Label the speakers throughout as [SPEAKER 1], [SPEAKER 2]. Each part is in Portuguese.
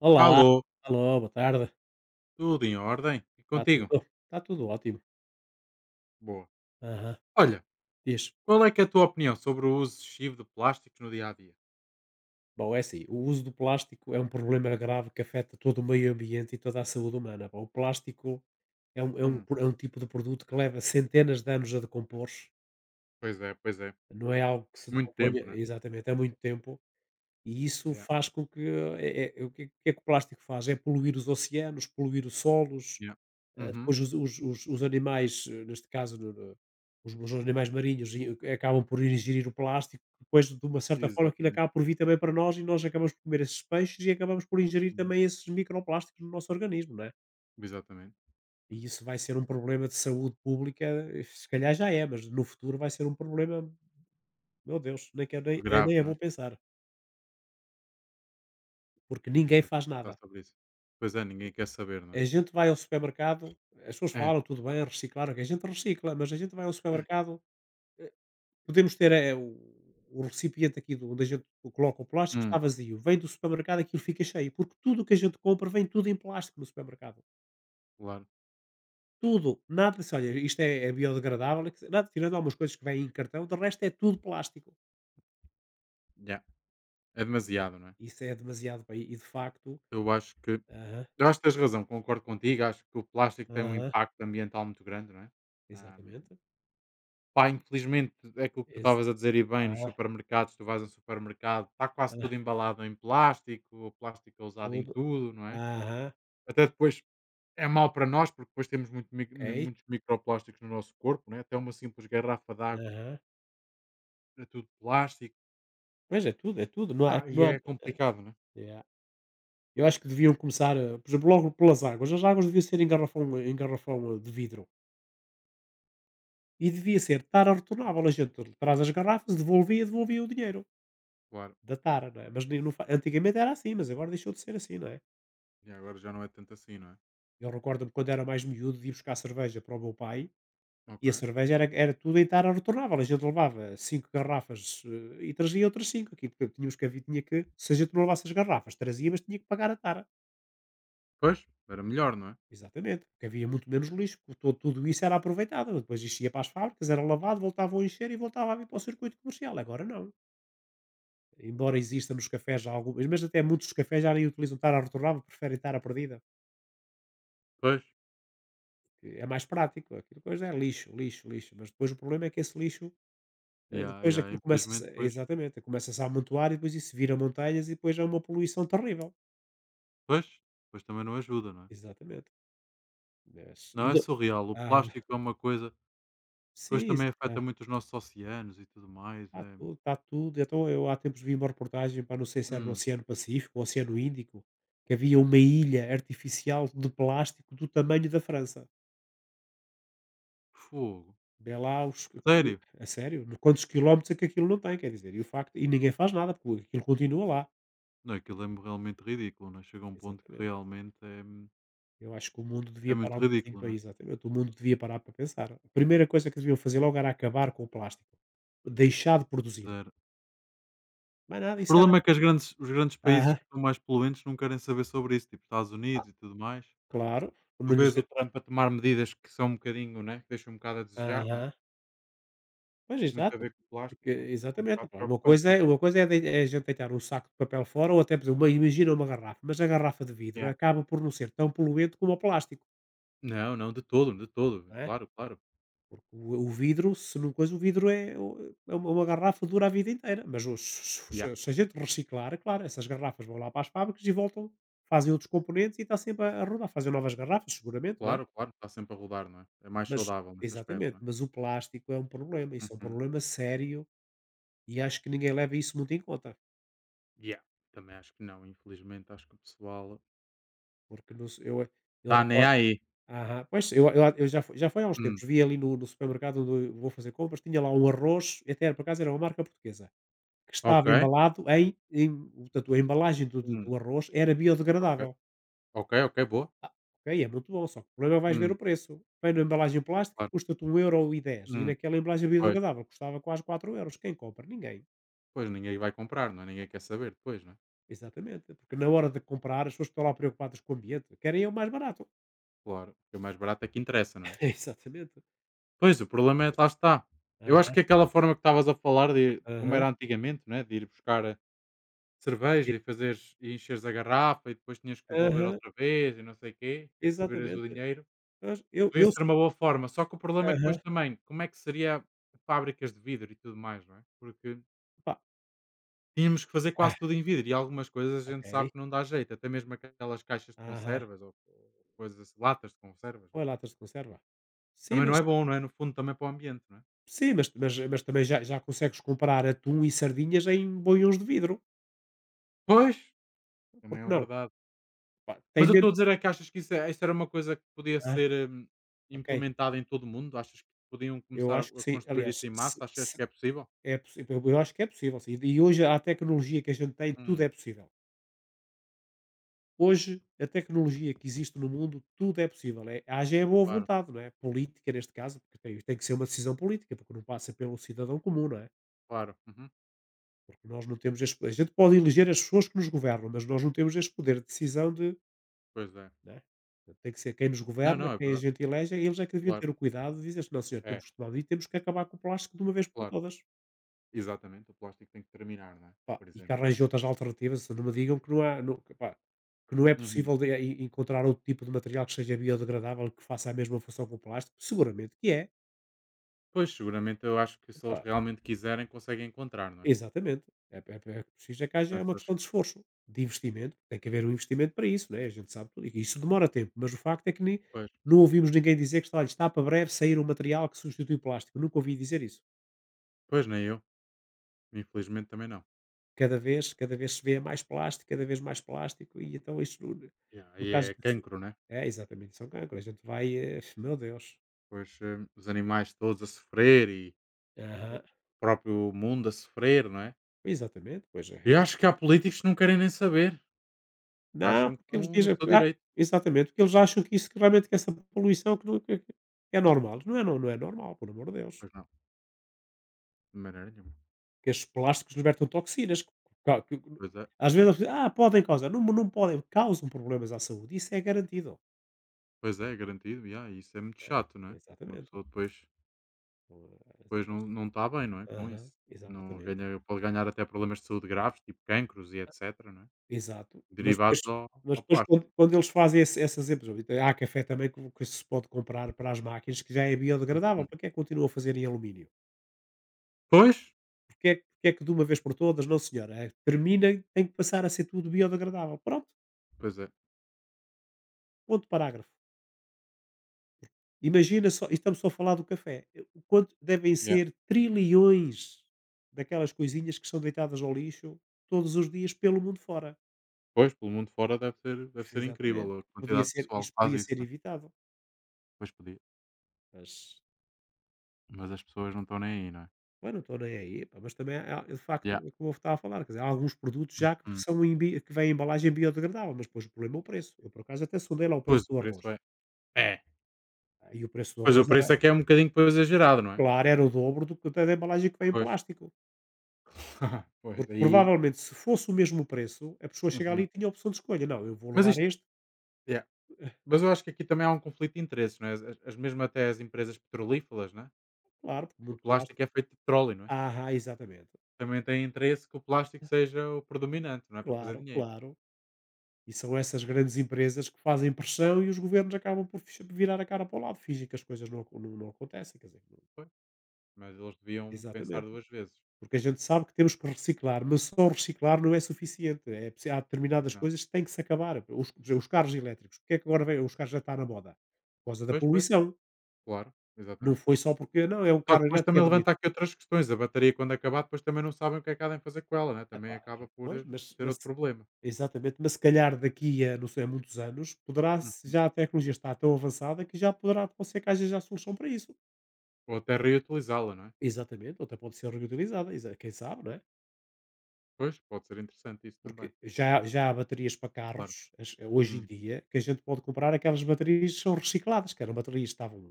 [SPEAKER 1] Olá,
[SPEAKER 2] Alô,
[SPEAKER 1] alô, boa tarde.
[SPEAKER 2] tudo em ordem? E
[SPEAKER 1] Está
[SPEAKER 2] contigo?
[SPEAKER 1] tudo? Está tudo ótimo.
[SPEAKER 2] Boa.
[SPEAKER 1] Aham.
[SPEAKER 2] Olha,
[SPEAKER 1] Diz.
[SPEAKER 2] qual é que é a tua opinião sobre o uso excessivo de plásticos no dia a dia?
[SPEAKER 1] Bom, é assim, o uso do plástico é um problema grave que afeta todo o meio ambiente e toda a saúde humana. Pá. O plástico é um, é um
[SPEAKER 2] Hum,
[SPEAKER 1] pro- é um tipo de produto que leva centenas de anos a decompor-se.
[SPEAKER 2] pois é, pois é.
[SPEAKER 1] Não é algo que se
[SPEAKER 2] Muito tempo,
[SPEAKER 1] decomponha
[SPEAKER 2] né?
[SPEAKER 1] exatamente há muito tempo. E isso
[SPEAKER 2] Yeah,
[SPEAKER 1] faz com que. É- é- o que é que o que é que o plástico faz? É poluir os oceanos, poluir os solos.
[SPEAKER 2] yeah. Uhum.
[SPEAKER 1] Depois os animais, neste caso, no no os animais marinhos, e acabam por ingerir o plástico, que depois, de uma certa forma, aquilo
[SPEAKER 2] Exatamente.
[SPEAKER 1] acaba por vir também para nós, e nós acabamos por comer esses peixes e acabamos por ingerir
[SPEAKER 2] Uhum.
[SPEAKER 1] também esses microplásticos no nosso organismo, não é?
[SPEAKER 2] Exatamente.
[SPEAKER 1] E isso vai ser um problema de saúde pública, se calhar já é, mas no futuro vai ser um problema, meu Deus, nem quero, nem é
[SPEAKER 2] Grave,
[SPEAKER 1] nem é
[SPEAKER 2] não
[SPEAKER 1] bom
[SPEAKER 2] é?
[SPEAKER 1] pensar, porque
[SPEAKER 2] Nem
[SPEAKER 1] ninguém
[SPEAKER 2] é bom
[SPEAKER 1] faz nada.
[SPEAKER 2] pensar sobre isso. Pois é, ninguém quer saber, não é?
[SPEAKER 1] A gente vai ao supermercado, as pessoas
[SPEAKER 2] É.
[SPEAKER 1] falam, tudo bem, reciclar, ok, a gente recicla, mas a gente vai ao supermercado. Podemos ter, o recipiente aqui, do onde a gente coloca o plástico, está
[SPEAKER 2] Hum,
[SPEAKER 1] vazio, vem do supermercado, aquilo fica cheio, porque tudo o que a gente compra vem tudo em plástico no supermercado.
[SPEAKER 2] claro.
[SPEAKER 1] Tudo, nada, se olha, isto é biodegradável, que se- nada, tirando algumas coisas que vêm em cartão, de resto é tudo plástico.
[SPEAKER 2] Yeah. É demasiado, não é?
[SPEAKER 1] Isso é demasiado bem, e de facto,
[SPEAKER 2] Eu acho que.
[SPEAKER 1] aham,
[SPEAKER 2] Eu acho que tens razão, concordo contigo. Acho que o plástico tem um
[SPEAKER 1] aham,
[SPEAKER 2] impacto ambiental muito grande, não é?
[SPEAKER 1] exatamente,
[SPEAKER 2] Pá, infelizmente é aquilo que tu
[SPEAKER 1] exa
[SPEAKER 2] estavas a dizer e bem, nos
[SPEAKER 1] ah,
[SPEAKER 2] supermercados, tu vais a um supermercado, está quase
[SPEAKER 1] ah,
[SPEAKER 2] tudo embalado em plástico, o plástico é usado em
[SPEAKER 1] tudo,
[SPEAKER 2] tudo, não é?
[SPEAKER 1] aham,
[SPEAKER 2] Até depois é mau para nós, porque depois temos muito
[SPEAKER 1] ok,
[SPEAKER 2] muitos microplásticos no nosso corpo, né? Até uma simples garrafa de água
[SPEAKER 1] aham,
[SPEAKER 2] é tudo plástico.
[SPEAKER 1] mas é tudo, não há, é
[SPEAKER 2] Ah,
[SPEAKER 1] que
[SPEAKER 2] e
[SPEAKER 1] não há,
[SPEAKER 2] é complicado, né?
[SPEAKER 1] yeah. Eu acho que deviam começar a, por exemplo, logo pelas águas. As águas deviam ser em garrafão, de vidro. E devia ser tara retornável. A gente traz as garrafas, devolvia o dinheiro
[SPEAKER 2] Claro.
[SPEAKER 1] da tara, não é? Mas nem- não fa- antigamente era assim, mas agora deixou de ser assim, não é?
[SPEAKER 2] E agora já não é tanto assim, não é?
[SPEAKER 1] Eu recordo-me quando era mais miúdo de ir buscar cerveja para o meu pai, e a
[SPEAKER 2] Ok.
[SPEAKER 1] cerveja era tudo em tara retornável. A gente levava cinco garrafas, e trazia outras cinco aqui. Portanto, tinha que, se a gente não levasse as garrafas, trazia, mas tinha que pagar a tara.
[SPEAKER 2] Pois, era melhor, não é?
[SPEAKER 1] Exatamente, porque havia muito menos lixo, porque tudo isso era aproveitado, depois enchia para as fábricas, era lavado, voltava a encher e voltava a vir para o circuito comercial. Agora não. Embora exista nos cafés já algumas, mas até muitos cafés já nem utilizam tara retornável, preferem tara perdida,
[SPEAKER 2] Pois.
[SPEAKER 1] que é mais prático. Aquilo coisa é lixo, lixo, lixo. Mas depois o problema é que esse lixo,
[SPEAKER 2] Ya,
[SPEAKER 1] depois
[SPEAKER 2] ya,
[SPEAKER 1] aquilo
[SPEAKER 2] infelizmente,
[SPEAKER 1] começa,
[SPEAKER 2] pois.
[SPEAKER 1] exatamente, começa-se a amontoar, e depois isso vira montanhas e depois é uma poluição terrível.
[SPEAKER 2] Pois. Pois também não ajuda, não é?
[SPEAKER 1] Exatamente. Mas
[SPEAKER 2] Não é surreal. O
[SPEAKER 1] ah,
[SPEAKER 2] plástico é uma coisa. Depois
[SPEAKER 1] sim,
[SPEAKER 2] também afeta muito os nossos oceanos e tudo mais.
[SPEAKER 1] está
[SPEAKER 2] É.
[SPEAKER 1] tudo, está tudo. Então, eu há tempos vi uma reportagem, para, não sei se era no
[SPEAKER 2] Hum.
[SPEAKER 1] Oceano Pacífico ou Oceano Índico, que havia uma ilha artificial de plástico do tamanho da França.
[SPEAKER 2] Fogo.
[SPEAKER 1] Vê lá os.
[SPEAKER 2] Sério?
[SPEAKER 1] A sério, quantos quilómetros é que aquilo não tem, quer dizer, e o facto. E ninguém faz nada, porque aquilo continua lá.
[SPEAKER 2] Não, aquilo é realmente ridículo, né? Chega a um ponto que
[SPEAKER 1] Exatamente.
[SPEAKER 2] realmente é,
[SPEAKER 1] Eu acho que o mundo
[SPEAKER 2] é
[SPEAKER 1] devia parar
[SPEAKER 2] muito
[SPEAKER 1] um bocadinho
[SPEAKER 2] ridículo,
[SPEAKER 1] para
[SPEAKER 2] né?
[SPEAKER 1] isso, exatamente. O mundo devia parar para pensar. A primeira coisa que deviam fazer logo era acabar com o plástico. Deixar de produzir.
[SPEAKER 2] Zero.
[SPEAKER 1] Mas nada,
[SPEAKER 2] O
[SPEAKER 1] isso era.
[SPEAKER 2] problema é que os grandes países
[SPEAKER 1] Aham,
[SPEAKER 2] que são mais poluentes não querem saber sobre isso, tipo Estados Unidos e tudo mais.
[SPEAKER 1] claro.
[SPEAKER 2] Tu
[SPEAKER 1] Não lhes...
[SPEAKER 2] vês o Trump a tomar medidas que são um bocadinho, né? Que deixam um bocado a desejar, né?
[SPEAKER 1] Aham. Pois,
[SPEAKER 2] Muito a
[SPEAKER 1] exato.
[SPEAKER 2] ver com o plástico,
[SPEAKER 1] Porque,
[SPEAKER 2] né? É um
[SPEAKER 1] exatamente,
[SPEAKER 2] bocado
[SPEAKER 1] pá,
[SPEAKER 2] preocupante isso.
[SPEAKER 1] uma coisa é dei é a gente deitar um saco de papel fora, ou até, por exemplo, uma imagina uma garrafa, mas a garrafa de vidro
[SPEAKER 2] Yeah.
[SPEAKER 1] acaba por não ser tão poluente como o plástico,
[SPEAKER 2] Não, não, de todo, de todo.
[SPEAKER 1] não é?
[SPEAKER 2] Claro, claro.
[SPEAKER 1] Porque o vidro, se não coisa, o vidro é o é uma garrafa, dura a vida inteira, mas o se
[SPEAKER 2] Yeah.
[SPEAKER 1] se se a gente reciclar, é claro, essas garrafas vão lá para as fábricas e voltam, fazem outros componentes, e está sempre a rodar, fazem novas garrafas seguramente, não é?
[SPEAKER 2] Claro, claro, está sempre a rodar, não é? É mais
[SPEAKER 1] Mas,
[SPEAKER 2] saudável nesse aspecto,
[SPEAKER 1] exatamente,
[SPEAKER 2] não é?
[SPEAKER 1] mas o plástico é um problema, isso é um
[SPEAKER 2] Uhum.
[SPEAKER 1] problema sério, e acho que ninguém leva isso muito em conta.
[SPEAKER 2] Yeah. Também acho que não, infelizmente acho que o pessoal
[SPEAKER 1] Porque no su eu
[SPEAKER 2] está nem
[SPEAKER 1] recordo,
[SPEAKER 2] aí.
[SPEAKER 1] aham, pois eu já foi há uns tempos,
[SPEAKER 2] Hum,
[SPEAKER 1] vi ali no supermercado onde eu vou fazer compras, tinha lá um arroz, e até era, por acaso, era uma marca portuguesa, que estava
[SPEAKER 2] ok.
[SPEAKER 1] embalado portanto, a embalagem do
[SPEAKER 2] Hum,
[SPEAKER 1] arroz era
[SPEAKER 2] ok.
[SPEAKER 1] biodegradável.
[SPEAKER 2] Ok, ok, boa.
[SPEAKER 1] Ah, ok, é muito bom, só que o problema é, vais ver
[SPEAKER 2] Hum,
[SPEAKER 1] o preço. Vem na embalagem plástica,
[SPEAKER 2] claro.
[SPEAKER 1] custa-te 1,10 €, e
[SPEAKER 2] Hum,
[SPEAKER 1] naquela embalagem
[SPEAKER 2] pois.
[SPEAKER 1] biodegradável custava quase 4 €. Quem compra? Ninguém.
[SPEAKER 2] Pois ninguém vai comprar, não é? Ninguém quer saber depois, não é?
[SPEAKER 1] Exatamente, porque na hora de comprar, as pessoas estão lá preocupadas com o ambiente, querem é o mais barato.
[SPEAKER 2] Claro. Porque o mais barato é que interessa, não é?
[SPEAKER 1] Exatamente.
[SPEAKER 2] Pois, o problema é, lá está. Eu acho
[SPEAKER 1] Aham,
[SPEAKER 2] que aquela forma que estavas a falar de como
[SPEAKER 1] aham.
[SPEAKER 2] era antigamente, não é? De ir buscar a cerveja e fazeres e encheres a garrafa e depois tinhas que devolver
[SPEAKER 1] Aham,
[SPEAKER 2] outra vez e não sei o quê, e receberes o
[SPEAKER 1] exatamente.
[SPEAKER 2] dinheiro.
[SPEAKER 1] Mas
[SPEAKER 2] Podia
[SPEAKER 1] eu s
[SPEAKER 2] ser uma boa forma, só que o problema é que depois
[SPEAKER 1] aham,
[SPEAKER 2] também, como é que seria fábricas de vidro e tudo mais, não é? Porque
[SPEAKER 1] pá,
[SPEAKER 2] tínhamos que fazer quase
[SPEAKER 1] ah,
[SPEAKER 2] tudo em vidro e algumas coisas a gente sabe
[SPEAKER 1] ok,
[SPEAKER 2] que não dá jeito, até mesmo aquelas caixas de
[SPEAKER 1] aham,
[SPEAKER 2] conservas ou coisas, assim, latas de conservas, não
[SPEAKER 1] põe
[SPEAKER 2] é?
[SPEAKER 1] latas de conserva. Sim,
[SPEAKER 2] Também não
[SPEAKER 1] mas
[SPEAKER 2] é bom, não é? No fundo também para o ambiente, não é?
[SPEAKER 1] também já já consegues comprar atum e sardinhas em boiões de vidro,
[SPEAKER 2] Pois,
[SPEAKER 1] por
[SPEAKER 2] também
[SPEAKER 1] que
[SPEAKER 2] é
[SPEAKER 1] não?
[SPEAKER 2] verdade.
[SPEAKER 1] Pá, tem
[SPEAKER 2] Mas eu estou
[SPEAKER 1] menos,
[SPEAKER 2] a dizer é que achas que isso, isso era uma coisa que podia
[SPEAKER 1] ah,
[SPEAKER 2] ser
[SPEAKER 1] ok,
[SPEAKER 2] implementada em todo o mundo? Achas que podiam
[SPEAKER 1] eu
[SPEAKER 2] começar a,
[SPEAKER 1] acho que
[SPEAKER 2] a
[SPEAKER 1] sim,
[SPEAKER 2] construir
[SPEAKER 1] aliás,
[SPEAKER 2] isso em
[SPEAKER 1] se
[SPEAKER 2] massa? Achas
[SPEAKER 1] se
[SPEAKER 2] que é possível?
[SPEAKER 1] é possível, eu acho que é possível, sim, e hoje a tecnologia que a gente tem, tudo
[SPEAKER 2] Hum,
[SPEAKER 1] é possível. Hoje, a tecnologia que existe no mundo, tudo é possível. É, haja é a boa
[SPEAKER 2] claro,
[SPEAKER 1] vontade, não é? Política, neste caso, porque tem que ser uma decisão política, porque não passa pelo cidadão comum, não é?
[SPEAKER 2] claro. Uhum.
[SPEAKER 1] Porque nós não temos este. A gente pode eleger as pessoas que nos governam, mas nós não temos este poder de decisão de.
[SPEAKER 2] Pois é.
[SPEAKER 1] Não é? Portanto, tem que ser quem nos
[SPEAKER 2] Não,
[SPEAKER 1] governa,
[SPEAKER 2] não, é
[SPEAKER 1] quem a
[SPEAKER 2] verdade.
[SPEAKER 1] gente elege, eles é que deviam
[SPEAKER 2] Claro.
[SPEAKER 1] ter o cuidado de dizer: não, senhor,
[SPEAKER 2] É,
[SPEAKER 1] temos que tomar medidas e temos que acabar com o plástico de uma vez por
[SPEAKER 2] claro.
[SPEAKER 1] todas.
[SPEAKER 2] Exatamente, o plástico tem que terminar, não é?
[SPEAKER 1] Pá,
[SPEAKER 2] Por
[SPEAKER 1] e que
[SPEAKER 2] exemplo.
[SPEAKER 1] arranje outras alternativas, não me digam que não há, não, que pá, que não é
[SPEAKER 2] Uhum.
[SPEAKER 1] possível de, eh, en encontrar outro tipo de material que seja biodegradável, que faça a mesma função que o plástico, seguramente que é.
[SPEAKER 2] Pois, seguramente eu acho que se eles
[SPEAKER 1] Epá,
[SPEAKER 2] realmente quiserem, conseguem encontrar, não é?
[SPEAKER 1] exatamente, é preciso, é que haja uma
[SPEAKER 2] Portanto, acho
[SPEAKER 1] questão
[SPEAKER 2] que
[SPEAKER 1] de esforço, de investimento, tem que haver um investimento para isso, né, a gente sabe tudo, e isso demora tempo, mas o facto é que nem,
[SPEAKER 2] pois,
[SPEAKER 1] não ouvimos ninguém dizer que está, olha, está para breve sair um material que substitui o plástico, nunca ouvi dizer isso.
[SPEAKER 2] pois nem eu, infelizmente também não.
[SPEAKER 1] Cada vez se vê mais plástico, cada vez mais plástico, e então isso no
[SPEAKER 2] Yeah,
[SPEAKER 1] no
[SPEAKER 2] e
[SPEAKER 1] caso
[SPEAKER 2] é
[SPEAKER 1] do su
[SPEAKER 2] cancro, né?
[SPEAKER 1] é, exatamente, são cancro. A gente vai, meu Deus.
[SPEAKER 2] Pois os animais todos a sofrer e o
[SPEAKER 1] Aham.
[SPEAKER 2] próprio mundo a sofrer, não é?
[SPEAKER 1] Exatamente, pois
[SPEAKER 2] E
[SPEAKER 1] é.
[SPEAKER 2] acho que há políticos que não querem nem saber, que
[SPEAKER 1] Não,
[SPEAKER 2] acham que
[SPEAKER 1] porque eles
[SPEAKER 2] estão no
[SPEAKER 1] dizem,
[SPEAKER 2] seu
[SPEAKER 1] ah,
[SPEAKER 2] direito.
[SPEAKER 1] exatamente, porque eles acham que isso, que realmente, que essa poluição, que não, que é normal. Não é, não, não é normal, por amor de Deus.
[SPEAKER 2] Pois não, de maneira nenhuma.
[SPEAKER 1] Que estes plásticos libertam toxinas que, ca que que-
[SPEAKER 2] Pois é,
[SPEAKER 1] às vezes as pessoas: "Ah, podem causar", não, não podem, causam problemas à saúde, isso é garantido.
[SPEAKER 2] pois é, é garantido, yeah, e ah, isso é muito
[SPEAKER 1] É,
[SPEAKER 2] chato, não é? Uma
[SPEAKER 1] exatamente.
[SPEAKER 2] pessoa depois.
[SPEAKER 1] Então,
[SPEAKER 2] Pois
[SPEAKER 1] tentamos.
[SPEAKER 2] não, não está bem, não é, com
[SPEAKER 1] Aham,
[SPEAKER 2] isso. Não
[SPEAKER 1] exatamente.
[SPEAKER 2] ganha, pode ganhar até problemas de saúde graves, tipo cancros e etcétera, não é,
[SPEAKER 1] Exato. Mas depois,
[SPEAKER 2] derivados ao ao plástico.
[SPEAKER 1] quando, eles fazem esse essas empresas, há café também, que se pode comprar, para as máquinas, que já é biodegradável,
[SPEAKER 2] Hum.
[SPEAKER 1] para que é que continuam a fazer em alumínio?
[SPEAKER 2] Pois,
[SPEAKER 1] Porque é porque é que de uma vez por todas, não, senhora, termina e tem que passar a ser tudo biodegradável. Pronto,
[SPEAKER 2] pois é.
[SPEAKER 1] ponto, parágrafo. Imagina só, e estamos só a falar do café, o quanto devem
[SPEAKER 2] Yeah.
[SPEAKER 1] ser trilhões daquelas coisinhas que são deitadas ao lixo todos os dias pelo mundo fora.
[SPEAKER 2] Pois, pelo mundo fora deve ser
[SPEAKER 1] Exatamente.
[SPEAKER 2] incrível a
[SPEAKER 1] Podia
[SPEAKER 2] quantidade de
[SPEAKER 1] ser
[SPEAKER 2] pessoal
[SPEAKER 1] Isto
[SPEAKER 2] que faz
[SPEAKER 1] podia
[SPEAKER 2] isso,
[SPEAKER 1] ser
[SPEAKER 2] não é?
[SPEAKER 1] evitado,
[SPEAKER 2] Pois podia,
[SPEAKER 1] mas.
[SPEAKER 2] mas as pessoas não estão nem aí, não é?
[SPEAKER 1] Pois, não estou nem aí, pá, mas também há, de facto,
[SPEAKER 2] Yeah.
[SPEAKER 1] é como eu estava a falar, quer dizer, há alguns produtos já que
[SPEAKER 2] Uhum.
[SPEAKER 1] são em bi que vêm em embalagem biodegradável, mas depois o problema é o preço. Eu, por acaso, até sondei lá o preço
[SPEAKER 2] Pois o
[SPEAKER 1] do
[SPEAKER 2] preço
[SPEAKER 1] arroz.
[SPEAKER 2] é.
[SPEAKER 1] Ah, e o preço do
[SPEAKER 2] Pois o
[SPEAKER 1] arroz era,
[SPEAKER 2] preço é que é um bocadinho depois exagerado, não é?
[SPEAKER 1] claro, era o dobro do que até da embalagem que vem em
[SPEAKER 2] Pois.
[SPEAKER 1] plástico.
[SPEAKER 2] Pois
[SPEAKER 1] Porque,
[SPEAKER 2] aí.
[SPEAKER 1] provavelmente, se fosse o mesmo preço, a pessoa chega ali e
[SPEAKER 2] Uhum.
[SPEAKER 1] tinha a opção de escolha. Não, eu vou
[SPEAKER 2] Mas
[SPEAKER 1] levar
[SPEAKER 2] isto,
[SPEAKER 1] este.
[SPEAKER 2] yeah. Mas eu acho que aqui também há um conflito de interesses, não é? As mesmo até as empresas petrolíferas, não é?
[SPEAKER 1] Claro, porque
[SPEAKER 2] O
[SPEAKER 1] muito
[SPEAKER 2] plástico
[SPEAKER 1] plástico.
[SPEAKER 2] é feito de petróleo, não é?
[SPEAKER 1] Ah, ah, exatamente.
[SPEAKER 2] Também tem interesse que o plástico seja o predominante, não é para fazer
[SPEAKER 1] Claro,
[SPEAKER 2] dinheiro.
[SPEAKER 1] claro. E são essas grandes empresas que fazem pressão, e os governos acabam por virar a cara para o lado, fingem que as coisas não, não, não acontecem, quer dizer.
[SPEAKER 2] Pois, mas eles deviam pensar
[SPEAKER 1] Exatamente.
[SPEAKER 2] duas vezes.
[SPEAKER 1] Porque a gente sabe que temos que reciclar, mas só reciclar não é suficiente. É há
[SPEAKER 2] Pois
[SPEAKER 1] determinadas
[SPEAKER 2] não.
[SPEAKER 1] coisas que têm que se acabar. Os, por exemplo, os carros elétricos. Porque é que agora vem, os carros já está na moda? Por causa da
[SPEAKER 2] Pois, pois,
[SPEAKER 1] poluição.
[SPEAKER 2] claro,
[SPEAKER 1] Não
[SPEAKER 2] exatamente.
[SPEAKER 1] foi só porque, não, é um
[SPEAKER 2] Só que
[SPEAKER 1] carro
[SPEAKER 2] depois
[SPEAKER 1] elétrico, é
[SPEAKER 2] também levanta
[SPEAKER 1] bonito.
[SPEAKER 2] aqui outras questões. A bateria, quando acabar, depois também não sabem o que é que há de fazer com ela, né? Também
[SPEAKER 1] Epá,
[SPEAKER 2] acaba por
[SPEAKER 1] pois, mas,
[SPEAKER 2] ser
[SPEAKER 1] mas
[SPEAKER 2] outro problema.
[SPEAKER 1] exatamente, mas se calhar daqui a não sei, a muitos anos, poderá se
[SPEAKER 2] Hum.
[SPEAKER 1] já a tecnologia está tão avançada que já poderá pode ser que haja já solução para isso.
[SPEAKER 2] Ou até reutilizá-la, não é?
[SPEAKER 1] Exatamente, ou até pode ser reutilizada, quem sabe, não é?
[SPEAKER 2] Pois, pode ser interessante isso
[SPEAKER 1] Porque
[SPEAKER 2] também.
[SPEAKER 1] já há baterias para carros,
[SPEAKER 2] Claro.
[SPEAKER 1] hoje em
[SPEAKER 2] Hum.
[SPEAKER 1] dia, que a gente pode comprar aquelas baterias que são recicladas, que eram baterias que estavam.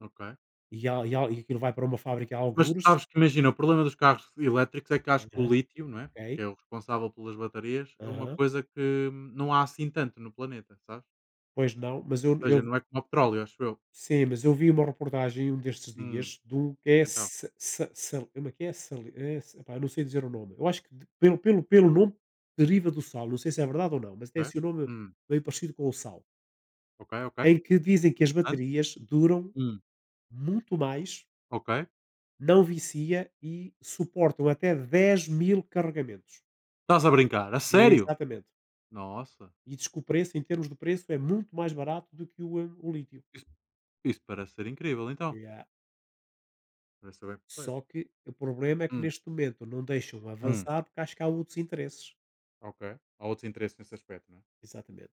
[SPEAKER 2] Ok.
[SPEAKER 1] E, e aquilo vai para uma fábrica a
[SPEAKER 2] Mas tu
[SPEAKER 1] algures.
[SPEAKER 2] sabes que imagina, o problema dos carros elétricos é que acho que o
[SPEAKER 1] Aham,
[SPEAKER 2] lítio, não é?
[SPEAKER 1] ok.
[SPEAKER 2] Que é o responsável pelas baterias, é uma
[SPEAKER 1] Aham.
[SPEAKER 2] coisa que não há assim tanto no planeta, sabes?
[SPEAKER 1] Pois não, mas eu,
[SPEAKER 2] Ou seja,
[SPEAKER 1] eu.
[SPEAKER 2] não é como o petróleo, acho eu.
[SPEAKER 1] Sim, mas eu vi uma reportagem um destes
[SPEAKER 2] Hum,
[SPEAKER 1] dias de um que é.
[SPEAKER 2] então,
[SPEAKER 1] Como é que é? Epá, eu não sei dizer o nome. Eu acho que pelo nome deriva do sal. Não sei se é verdade ou não, mas tem
[SPEAKER 2] ok.
[SPEAKER 1] esse nome
[SPEAKER 2] Hum,
[SPEAKER 1] meio parecido com o sal.
[SPEAKER 2] ok, ok.
[SPEAKER 1] Em que dizem que as
[SPEAKER 2] Portanto,
[SPEAKER 1] baterias duram
[SPEAKER 2] hum,
[SPEAKER 1] muito mais.
[SPEAKER 2] ok.
[SPEAKER 1] Não vicia e suportam até 10.000 carregamentos.
[SPEAKER 2] Estás a brincar? A sério?
[SPEAKER 1] Exatamente.
[SPEAKER 2] Nossa.
[SPEAKER 1] E diz que o preço, em termos de preço, é muito mais barato do que o lítio.
[SPEAKER 2] Isso, isso parece ser incrível, então.
[SPEAKER 1] Yeah.
[SPEAKER 2] Parece ser bem porreiro.
[SPEAKER 1] Só que o problema é que
[SPEAKER 2] Hum,
[SPEAKER 1] neste momento não deixam
[SPEAKER 2] hum,
[SPEAKER 1] avançar porque acho que há outros interesses.
[SPEAKER 2] ok. Há outros interesses nesse aspecto, não é?
[SPEAKER 1] Exatamente.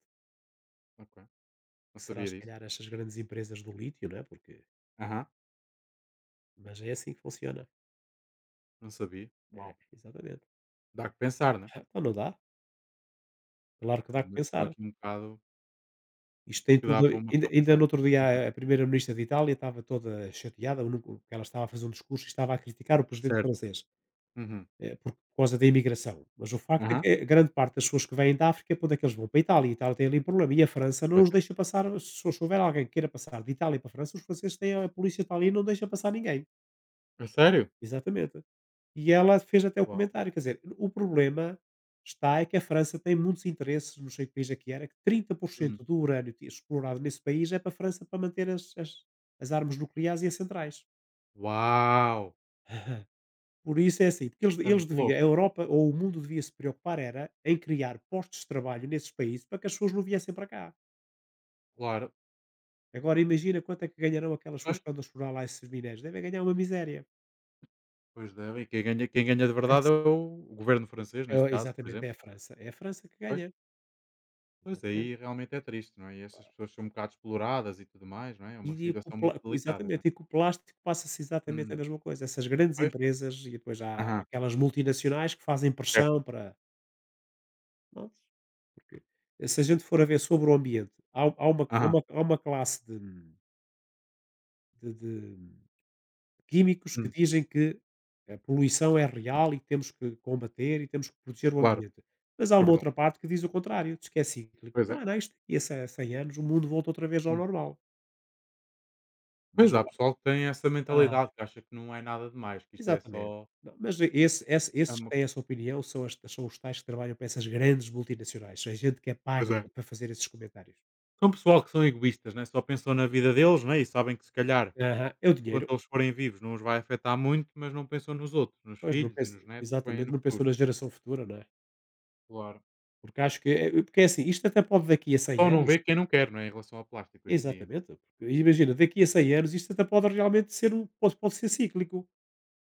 [SPEAKER 2] Ok.
[SPEAKER 1] Que
[SPEAKER 2] Não
[SPEAKER 1] será,
[SPEAKER 2] sabia
[SPEAKER 1] se
[SPEAKER 2] disso.
[SPEAKER 1] calhar, estas grandes empresas do lítio, não é? Porque,
[SPEAKER 2] Aham,
[SPEAKER 1] mas é assim que funciona.
[SPEAKER 2] não sabia.
[SPEAKER 1] É,
[SPEAKER 2] Uau.
[SPEAKER 1] exatamente.
[SPEAKER 2] Dá que pensar, né?
[SPEAKER 1] Ah, então não dá. Claro que
[SPEAKER 2] É
[SPEAKER 1] dá
[SPEAKER 2] É
[SPEAKER 1] que
[SPEAKER 2] uma questão
[SPEAKER 1] pensar.
[SPEAKER 2] aqui um bocado.
[SPEAKER 1] Isto tem
[SPEAKER 2] Que dá
[SPEAKER 1] tudo.
[SPEAKER 2] para uma
[SPEAKER 1] ainda
[SPEAKER 2] pessoa
[SPEAKER 1] ainda
[SPEAKER 2] pensar.
[SPEAKER 1] no outro
[SPEAKER 2] Uhum.
[SPEAKER 1] dia a primeira-ministra de Itália estava toda chateada, nu porque ela estava a fazer um discurso e estava a criticar o presidente
[SPEAKER 2] Certo.
[SPEAKER 1] francês,
[SPEAKER 2] Uhum.
[SPEAKER 1] por causa da imigração, mas o facto é que
[SPEAKER 2] Aham.
[SPEAKER 1] a grande parte das pessoas que vêm da África, para onde é que eles vão? Para a Itália tem ali um problema e a França não
[SPEAKER 2] Pois
[SPEAKER 1] os
[SPEAKER 2] é.
[SPEAKER 1] deixa passar, se houver alguém que queira passar de Itália para a França, os franceses têm a polícia está ali e não deixa passar ninguém.
[SPEAKER 2] A sério?
[SPEAKER 1] Exatamente. E ela fez até o
[SPEAKER 2] Uau!
[SPEAKER 1] comentário, quer dizer, o problema está é que a França tem muitos interesses, não sei que país é que era, que
[SPEAKER 2] Hum.
[SPEAKER 1] 30% do urânio explorado nesse país é para a França para manter as armas nucleares e as centrais.
[SPEAKER 2] Uau!
[SPEAKER 1] Por isso é assim, porque eles,
[SPEAKER 2] Isso é
[SPEAKER 1] eles
[SPEAKER 2] muito
[SPEAKER 1] deviam,
[SPEAKER 2] louco.
[SPEAKER 1] a Europa ou o mundo devia se preocupar era em criar postos de trabalho nesses países para que as pessoas não viessem para cá.
[SPEAKER 2] Claro.
[SPEAKER 1] Agora imagina quanto é que ganharão aquelas pessoas
[SPEAKER 2] Pois,
[SPEAKER 1] que andam a explorar lá esses minérios. Devem ganhar uma miséria.
[SPEAKER 2] pois devem. Quem ganha de
[SPEAKER 1] É
[SPEAKER 2] verdade é
[SPEAKER 1] isso.
[SPEAKER 2] o governo francês,
[SPEAKER 1] É,
[SPEAKER 2] neste caso, por
[SPEAKER 1] exatamente, é
[SPEAKER 2] exemplo.
[SPEAKER 1] a França. É a França que
[SPEAKER 2] Pois,
[SPEAKER 1] ganha.
[SPEAKER 2] pois
[SPEAKER 1] Exatamente.
[SPEAKER 2] aí realmente é triste, não é? E essas pessoas são um bocado exploradas e tudo mais, não é? É uma
[SPEAKER 1] E com o
[SPEAKER 2] situação muito
[SPEAKER 1] pla
[SPEAKER 2] delicada, não é?
[SPEAKER 1] exatamente, e com o plástico passa-se exatamente a
[SPEAKER 2] Hum.
[SPEAKER 1] mesma coisa. Essas grandes
[SPEAKER 2] Pois.
[SPEAKER 1] empresas e depois há
[SPEAKER 2] Aham.
[SPEAKER 1] aquelas multinacionais que fazem
[SPEAKER 2] Certo.
[SPEAKER 1] pressão para, pronto, porque se a gente for a ver sobre o ambiente, há há uma há
[SPEAKER 2] Aham.
[SPEAKER 1] uma há uma classe de de químicos que
[SPEAKER 2] Hum.
[SPEAKER 1] dizem que a poluição é real e temos que combater e temos que proteger o
[SPEAKER 2] Claro.
[SPEAKER 1] ambiente. Mas há
[SPEAKER 2] É
[SPEAKER 1] uma
[SPEAKER 2] verdade.
[SPEAKER 1] outra parte que diz o contrário, diz que é cíclico.
[SPEAKER 2] Pois é.
[SPEAKER 1] Não, não, isto daqui a 100 anos o mundo volta outra vez ao
[SPEAKER 2] Hum.
[SPEAKER 1] normal. Mas
[SPEAKER 2] Pois
[SPEAKER 1] eu.
[SPEAKER 2] há pessoal que tem essa mentalidade, que acha que não é nada demais, que isto é
[SPEAKER 1] Exatamente.
[SPEAKER 2] só
[SPEAKER 1] Não, mas esse esse
[SPEAKER 2] é
[SPEAKER 1] esses que
[SPEAKER 2] uma.
[SPEAKER 1] têm essa opinião são os tais que trabalham para essas grandes multinacionais, são a gente que é
[SPEAKER 2] Pois
[SPEAKER 1] paga
[SPEAKER 2] é.
[SPEAKER 1] para fazer esses comentários.
[SPEAKER 2] São pessoal que são egoístas, né? Só pensam na vida deles, né? E sabem que se calhar,
[SPEAKER 1] Aham, é o dinheiro.
[SPEAKER 2] enquanto eles forem vivos, não os vai afetar muito, mas não pensam nos outros, nos
[SPEAKER 1] Pois, não
[SPEAKER 2] filhos e
[SPEAKER 1] pensa
[SPEAKER 2] nos netos que vêm
[SPEAKER 1] exatamente,
[SPEAKER 2] no
[SPEAKER 1] não
[SPEAKER 2] futuro.
[SPEAKER 1] pensou na geração futura, não é?
[SPEAKER 2] Claro.
[SPEAKER 1] Porque acho que é, porque é assim, isto até pode daqui a 100
[SPEAKER 2] Só não
[SPEAKER 1] anos
[SPEAKER 2] vê quem não quer, não é? Em relação ao plástico hoje em dia, né?
[SPEAKER 1] exatamente, porque imagina, daqui a 100 anos isto até pode realmente ser um pode ser cíclico,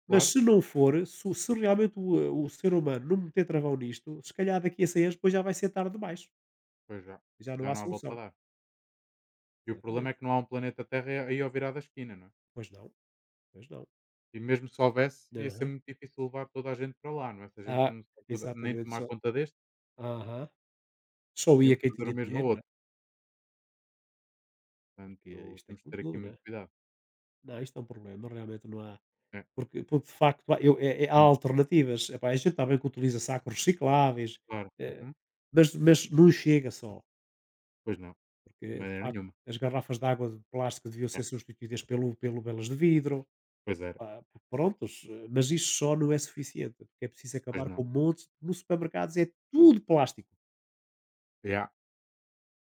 [SPEAKER 1] mas
[SPEAKER 2] Claro,
[SPEAKER 1] se não for, se realmente o ser humano não meter travão nisto, se calhar daqui a 100 anos depois já vai ser tarde demais,
[SPEAKER 2] pois já.
[SPEAKER 1] já não
[SPEAKER 2] Já
[SPEAKER 1] há
[SPEAKER 2] não há volta a
[SPEAKER 1] solução.
[SPEAKER 2] dar. E o problema
[SPEAKER 1] Exatamente.
[SPEAKER 2] é que não há um planeta Terra aí ao virar da esquina, não é?
[SPEAKER 1] Pois não, pois não.
[SPEAKER 2] E mesmo se houvesse, ia ser
[SPEAKER 1] Aham.
[SPEAKER 2] muito difícil levar toda a gente para lá, não é? Se a gente
[SPEAKER 1] Ah,
[SPEAKER 2] não se toda- nem
[SPEAKER 1] exatamente,
[SPEAKER 2] tomar
[SPEAKER 1] só
[SPEAKER 2] conta deste,
[SPEAKER 1] aham. Só ia
[SPEAKER 2] íamos
[SPEAKER 1] quem
[SPEAKER 2] fazer o
[SPEAKER 1] tinha
[SPEAKER 2] mesmo a
[SPEAKER 1] dinheiro, né,
[SPEAKER 2] outro.
[SPEAKER 1] porque
[SPEAKER 2] Portanto,
[SPEAKER 1] isto é
[SPEAKER 2] temos que
[SPEAKER 1] como
[SPEAKER 2] ter aqui
[SPEAKER 1] tudo, né.
[SPEAKER 2] muito cuidado.
[SPEAKER 1] Não, isto é um problema, realmente não há
[SPEAKER 2] É.
[SPEAKER 1] porque de facto há eu é é há
[SPEAKER 2] Hum,
[SPEAKER 1] alternativas. Epá, a gente está bem que utiliza sacos recicláveis,
[SPEAKER 2] claro.
[SPEAKER 1] eh,
[SPEAKER 2] Uhum.
[SPEAKER 1] mas não chega só,
[SPEAKER 2] Pois não, de
[SPEAKER 1] porque de
[SPEAKER 2] maneira
[SPEAKER 1] facto
[SPEAKER 2] nenhuma.
[SPEAKER 1] as garrafas de água de plástico deviam ser
[SPEAKER 2] É.
[SPEAKER 1] substituídas pelo belas de vidro,
[SPEAKER 2] Pois era,
[SPEAKER 1] ah, prontos, mas isso só não é suficiente, porque é preciso
[SPEAKER 2] pois
[SPEAKER 1] acabar com
[SPEAKER 2] não.
[SPEAKER 1] montes nos supermercados é tudo plástico.
[SPEAKER 2] Yeah.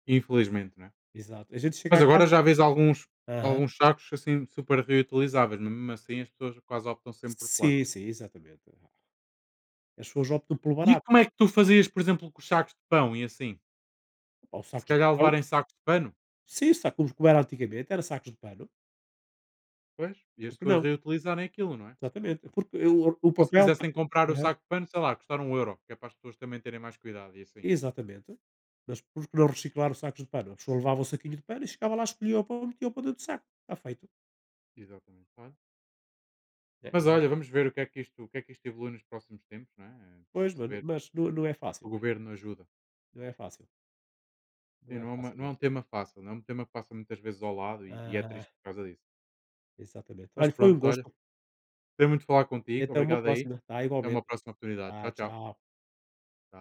[SPEAKER 2] Infelizmente, né?
[SPEAKER 1] Exato, a gente chega
[SPEAKER 2] Mas
[SPEAKER 1] a
[SPEAKER 2] agora
[SPEAKER 1] casa.
[SPEAKER 2] já vês alguns,
[SPEAKER 1] Aham.
[SPEAKER 2] alguns sacos assim super reutilizáveis, mas mesmo assim as pessoas quase optam sempre por
[SPEAKER 1] Sim,
[SPEAKER 2] plástico.
[SPEAKER 1] sim, exatamente. As pessoas optam pelo
[SPEAKER 2] E
[SPEAKER 1] barato.
[SPEAKER 2] como é que tu fazias, por exemplo, com os sacos de pão e assim?
[SPEAKER 1] Pá, os
[SPEAKER 2] Se
[SPEAKER 1] sacos de
[SPEAKER 2] calhar
[SPEAKER 1] pão.
[SPEAKER 2] levarem sacos de pano,
[SPEAKER 1] Sim, como era antigamente, era sacos de pano.
[SPEAKER 2] pois, e as
[SPEAKER 1] Porque
[SPEAKER 2] pessoas
[SPEAKER 1] não?
[SPEAKER 2] reutilizarem aquilo, não é?
[SPEAKER 1] Exatamente. Porque o
[SPEAKER 2] Ou se
[SPEAKER 1] papel.
[SPEAKER 2] quisessem comprar o
[SPEAKER 1] Aham.
[SPEAKER 2] saco de pano, sei lá, custar um euro, que é para as pessoas também terem mais cuidado e assim.
[SPEAKER 1] Exatamente. Mas por que não reciclar os sacos de pano? A pessoa levava o saquinho de pano e chegava lá, escolhia o pão, metia o pão dentro do saco. Está feito.
[SPEAKER 2] Exatamente. Olha.
[SPEAKER 1] É,
[SPEAKER 2] Mas
[SPEAKER 1] agora,
[SPEAKER 2] olha, vamos ver o que é que isto evolui nos próximos tempos, não é? E
[SPEAKER 1] pois, mano,
[SPEAKER 2] perceber
[SPEAKER 1] mas não, não é
[SPEAKER 2] que
[SPEAKER 1] fácil.
[SPEAKER 2] o governo ajuda.
[SPEAKER 1] Não é fácil. Não
[SPEAKER 2] Sim,
[SPEAKER 1] é
[SPEAKER 2] não é,
[SPEAKER 1] fácil,
[SPEAKER 2] não é
[SPEAKER 1] não.
[SPEAKER 2] um tema fácil, não é um tema que passa muitas vezes ao lado e é
[SPEAKER 1] Aham,
[SPEAKER 2] triste por causa disso.
[SPEAKER 1] exatamente.
[SPEAKER 2] Mas
[SPEAKER 1] Olha, foi
[SPEAKER 2] pronto,
[SPEAKER 1] um
[SPEAKER 2] olha,
[SPEAKER 1] gosto.
[SPEAKER 2] gostei muito de falar
[SPEAKER 1] E
[SPEAKER 2] contigo,
[SPEAKER 1] até uma
[SPEAKER 2] obrigado aí,
[SPEAKER 1] próxima. Tá,
[SPEAKER 2] até
[SPEAKER 1] igualmente.
[SPEAKER 2] uma próxima oportunidade.
[SPEAKER 1] Tá,
[SPEAKER 2] Tchau, tchau.
[SPEAKER 1] tchau.